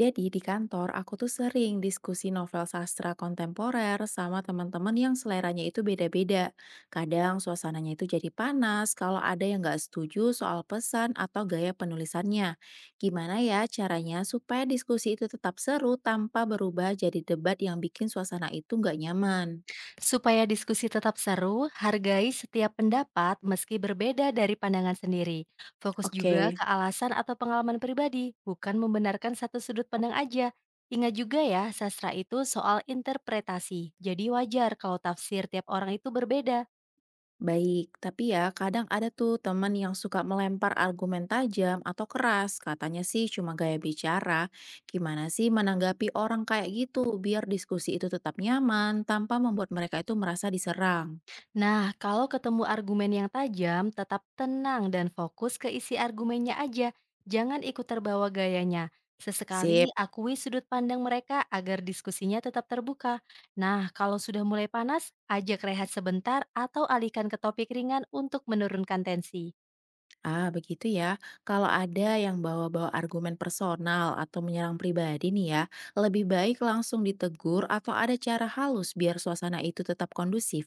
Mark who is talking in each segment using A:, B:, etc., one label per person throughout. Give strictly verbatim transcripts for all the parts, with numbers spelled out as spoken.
A: Jadi di kantor aku tuh sering diskusi novel sastra kontemporer sama teman-teman yang seleranya itu beda-beda. Kadang suasananya itu jadi panas kalau ada yang nggak setuju soal pesan atau gaya penulisannya. Gimana ya caranya supaya diskusi itu tetap seru tanpa berubah jadi debat yang bikin suasana itu nggak nyaman?
B: Supaya diskusi tetap seru, hargai setiap pendapat meski berbeda dari pandangan sendiri. Fokus
A: Oke.
B: juga ke alasan atau pengalaman pribadi, bukan membenarkan satu sudut pandang aja. Ingat juga ya, sastra itu soal interpretasi. Jadi wajar kalau tafsir tiap orang itu berbeda.
A: Baik, tapi ya kadang ada tuh teman yang suka melempar argumen tajam atau keras. Katanya sih cuma gaya bicara. Gimana sih menanggapi orang kayak gitu biar diskusi itu tetap nyaman tanpa membuat mereka itu merasa diserang?
B: Nah, kalau ketemu argumen yang tajam, tetap tenang dan fokus ke isi argumennya aja. Jangan ikut terbawa gayanya. Sesekali
A: Sip.
B: akui sudut pandang mereka agar diskusinya tetap terbuka. Nah, kalau sudah mulai panas, ajak rehat sebentar atau alihkan ke topik ringan untuk menurunkan tensi.
A: Ah, begitu ya. Kalau ada yang bawa-bawa argumen personal atau menyerang pribadi nih ya, lebih baik langsung ditegur atau ada cara halus biar suasana itu tetap kondusif.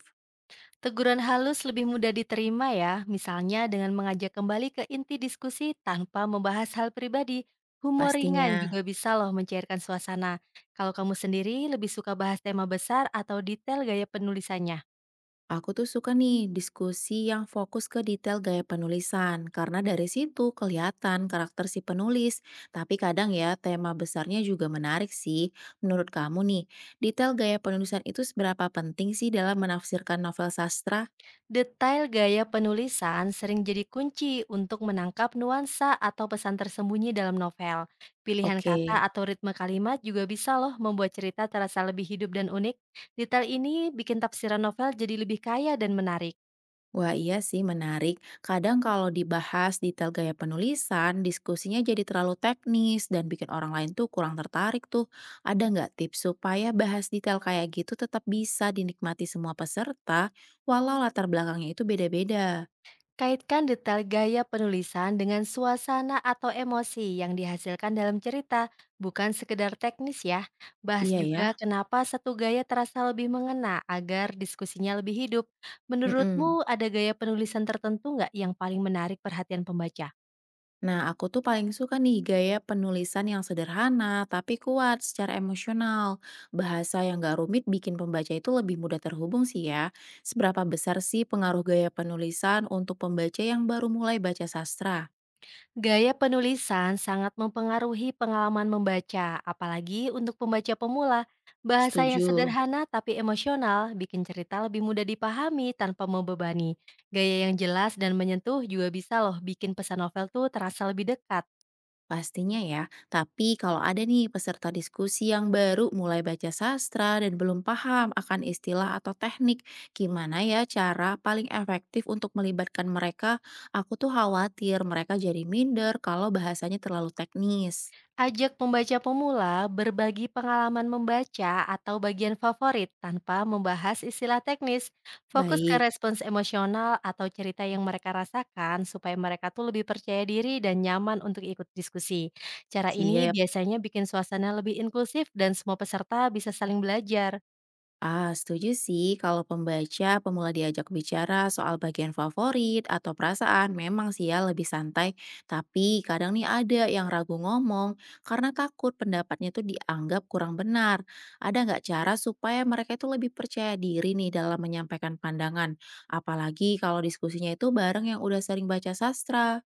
B: Teguran halus lebih mudah diterima ya, misalnya dengan mengajak kembali ke inti diskusi tanpa membahas hal pribadi. Humor ringan
A: Pastinya.
B: juga bisa loh mencairkan suasana. Kalau kamu sendiri lebih suka bahas tema besar atau detail gaya penulisannya.
A: Aku tuh suka nih diskusi yang fokus ke detail gaya penulisan, karena dari situ kelihatan karakter si penulis. Tapi kadang ya, tema besarnya juga menarik sih. Menurut kamu nih, detail gaya penulisan itu seberapa penting sih dalam menafsirkan novel sastra?
B: Detail gaya penulisan sering jadi kunci untuk menangkap nuansa atau pesan tersembunyi dalam novel. Pilihan kata
A: Oke.
B: atau ritme kalimat juga bisa loh membuat cerita terasa lebih hidup dan unik. Detail ini bikin tafsiran novel jadi lebih kaya dan menarik.
A: Wah, iya sih menarik. Kadang kalau dibahas detail gaya penulisan, diskusinya jadi terlalu teknis dan bikin orang lain tuh kurang tertarik tuh. Ada nggak tips supaya bahas detail kayak gitu tetap bisa dinikmati semua peserta, walau latar belakangnya itu beda-beda?
B: Kaitkan detail gaya penulisan dengan suasana atau emosi yang dihasilkan dalam cerita, bukan sekedar teknis ya. Bahas
A: Iya
B: juga
A: ya?
B: kenapa satu gaya terasa lebih mengena agar diskusinya lebih hidup.
A: Mm-mm.
B: Menurutmu ada gaya penulisan tertentu nggak yang paling menarik perhatian pembaca?
A: Nah, aku tuh paling suka nih gaya penulisan yang sederhana tapi kuat secara emosional. Bahasa yang gak rumit bikin pembaca itu lebih mudah terhubung sih ya. Seberapa besar sih pengaruh gaya penulisan untuk pembaca yang baru mulai baca sastra?
B: Gaya penulisan sangat mempengaruhi pengalaman membaca, apalagi untuk pembaca pemula. Bahasa yang
A: Setuju.
B: sederhana tapi emosional bikin cerita lebih mudah dipahami tanpa membebani. Gaya yang jelas dan menyentuh juga bisa loh bikin pesan novel tuh terasa lebih dekat.
A: Pastinya ya, tapi kalau ada nih peserta diskusi yang baru mulai baca sastra dan belum paham akan istilah atau teknik, gimana ya cara paling efektif untuk melibatkan mereka? Aku tuh khawatir mereka jadi minder kalau bahasanya terlalu teknis.
B: Ajak pembaca pemula berbagi pengalaman membaca atau bagian favorit tanpa membahas istilah teknis. Fokus ke
A: Baik,
B: respons emosional atau cerita yang mereka rasakan supaya mereka tuh lebih percaya diri dan nyaman untuk ikut diskusi. Cara ini
A: siap.
B: biasanya bikin suasana lebih inklusif dan semua peserta bisa saling belajar.
A: Ah, setuju sih kalau pembaca pemula diajak bicara soal bagian favorit atau perasaan memang sih ya lebih santai. Tapi kadang nih ada yang ragu ngomong karena takut pendapatnya tuh dianggap kurang benar. Ada nggak cara supaya mereka itu lebih percaya diri nih dalam menyampaikan pandangan? Apalagi kalau diskusinya itu bareng yang udah sering baca sastra.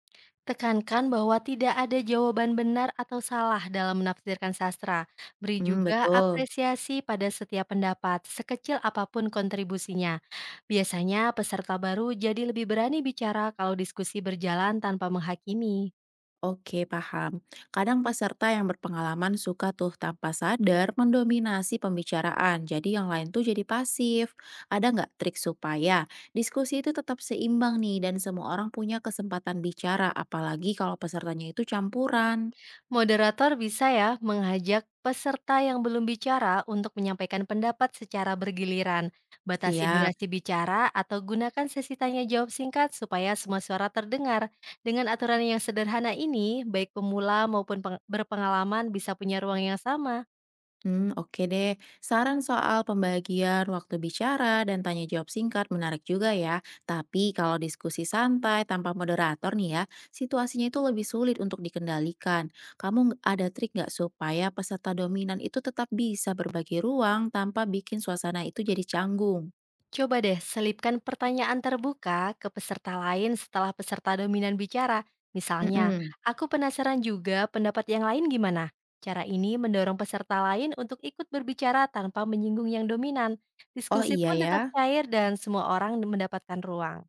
B: Tekankan bahwa tidak ada jawaban benar atau salah dalam menafsirkan sastra. Beri
A: Hmm,
B: juga
A: betul.
B: apresiasi pada setiap pendapat, sekecil apapun kontribusinya. Biasanya peserta baru jadi lebih berani bicara kalau diskusi berjalan tanpa menghakimi.
A: Oke, paham. Kadang peserta yang berpengalaman suka tuh tanpa sadar mendominasi pembicaraan, jadi yang lain tuh jadi pasif. Ada nggak trik supaya diskusi itu tetap seimbang nih dan semua orang punya kesempatan bicara, apalagi kalau pesertanya itu campuran?
B: Moderator bisa ya mengajak peserta yang belum bicara untuk menyampaikan pendapat secara bergiliran. Batasi
A: Siap.
B: durasi bicara atau gunakan sesi tanya jawab singkat supaya semua suara terdengar. Dengan aturan yang sederhana ini, baik pemula maupun peng- berpengalaman bisa punya ruang yang sama.
A: Hmm, oke deh. Saran soal pembagian waktu bicara dan tanya jawab singkat menarik juga ya. Tapi kalau diskusi santai tanpa moderator nih ya, situasinya itu lebih sulit untuk dikendalikan. Kamu ng- ada trik nggak supaya peserta dominan itu tetap bisa berbagi ruang tanpa bikin suasana itu jadi canggung?
B: Coba deh selipkan pertanyaan terbuka ke peserta lain setelah peserta dominan bicara. Misalnya,
A: Mm-mm.
B: aku penasaran juga pendapat yang lain gimana. Cara ini mendorong peserta lain untuk ikut berbicara tanpa menyinggung yang dominan.
A: Oh
B: Diskusi
A: iya
B: pun tetap
A: ya.
B: cair dan semua orang mendapatkan ruang.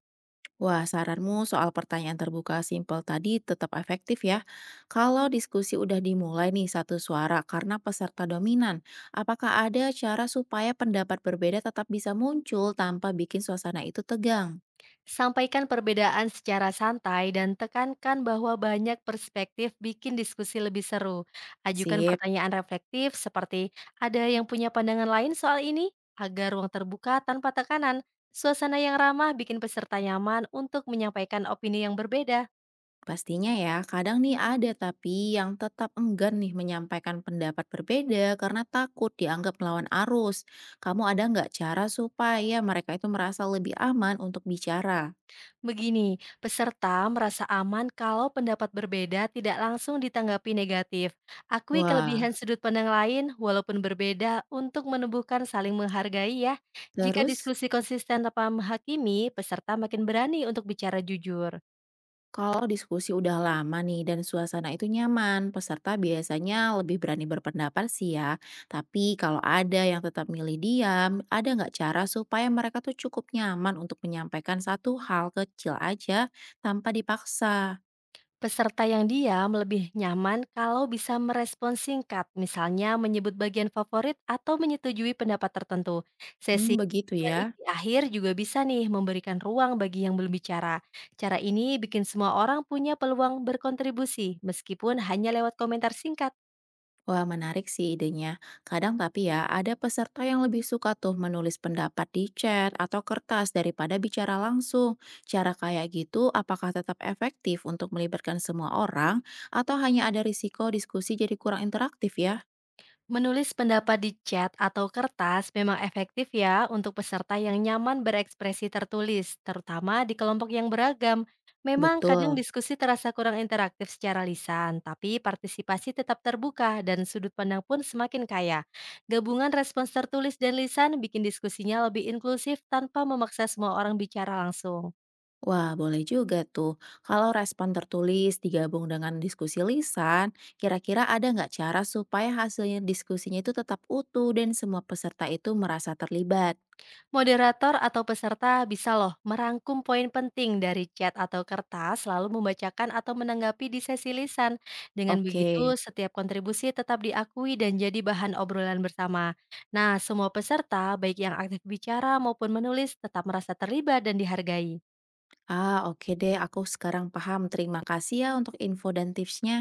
A: Wah, saranmu soal pertanyaan terbuka simpel tadi tetap efektif ya. Kalau diskusi udah dimulai nih satu suara karena peserta dominan, apakah ada cara supaya pendapat berbeda tetap bisa muncul tanpa bikin suasana itu tegang?
B: Sampaikan perbedaan secara santai dan tekankan bahwa banyak perspektif bikin diskusi lebih seru. Ajukan
A: Sip,
B: pertanyaan reflektif seperti ada yang punya pandangan lain soal ini agar ruang terbuka tanpa tekanan. Suasana yang ramah bikin peserta nyaman untuk menyampaikan opini yang berbeda.
A: pastinya ya. Kadang nih ada tapi yang tetap enggan nih menyampaikan pendapat berbeda karena takut dianggap melawan arus. Kamu ada nggak cara supaya mereka itu merasa lebih aman untuk bicara?
B: Begini, peserta merasa aman kalau pendapat berbeda tidak langsung ditanggapi negatif. Akui
A: Wah,
B: kelebihan sudut pandang lain walaupun berbeda untuk menumbuhkan saling menghargai ya. Jika
A: terus?
B: diskusi konsisten tanpa menghakimi, peserta makin berani untuk bicara jujur.
A: Kalau diskusi udah lama nih dan suasana itu nyaman, peserta biasanya lebih berani berpendapat sih ya. Tapi kalau ada yang tetap milih diam, ada nggak cara supaya mereka tuh cukup nyaman untuk menyampaikan satu hal kecil aja tanpa dipaksa?
B: Peserta yang diam lebih nyaman kalau bisa merespon singkat, misalnya menyebut bagian favorit atau menyetujui pendapat tertentu. Sesi
A: Hmm, begitu
B: balik
A: ya.
B: di akhir juga bisa nih memberikan ruang bagi yang belum bicara. Cara ini bikin semua orang punya peluang berkontribusi, meskipun hanya lewat komentar singkat.
A: Wah, menarik sih idenya. Kadang tapi ya, ada peserta yang lebih suka tuh menulis pendapat di chat atau kertas daripada bicara langsung. Cara kayak gitu, apakah tetap efektif untuk melibatkan semua orang atau hanya ada risiko diskusi jadi kurang interaktif ya?
B: Menulis pendapat di chat atau kertas memang efektif ya untuk peserta yang nyaman berekspresi tertulis, terutama di kelompok yang beragam. Memang kadang
A: Betul.
B: diskusi terasa kurang interaktif secara lisan, tapi partisipasi tetap terbuka dan sudut pandang pun semakin kaya. Gabungan respons tertulis dan lisan bikin diskusinya lebih inklusif tanpa memaksa semua orang bicara langsung.
A: Wah, boleh juga tuh. Kalau respon tertulis digabung dengan diskusi lisan, kira-kira ada nggak cara supaya hasilnya diskusinya itu tetap utuh dan semua peserta itu merasa terlibat?
B: Moderator atau peserta bisa loh merangkum poin penting dari chat atau kertas lalu membacakan atau menanggapi di sesi lisan. Dengan
A: Oke.
B: begitu, setiap kontribusi tetap diakui dan jadi bahan obrolan bersama. Nah, semua peserta, baik yang aktif bicara maupun menulis, tetap merasa terlibat dan dihargai.
A: Ah, oke deh. Aku sekarang paham. Terima kasih ya untuk info dan tipsnya.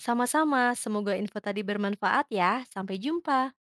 B: Sama-sama, semoga info tadi bermanfaat ya. Sampai jumpa.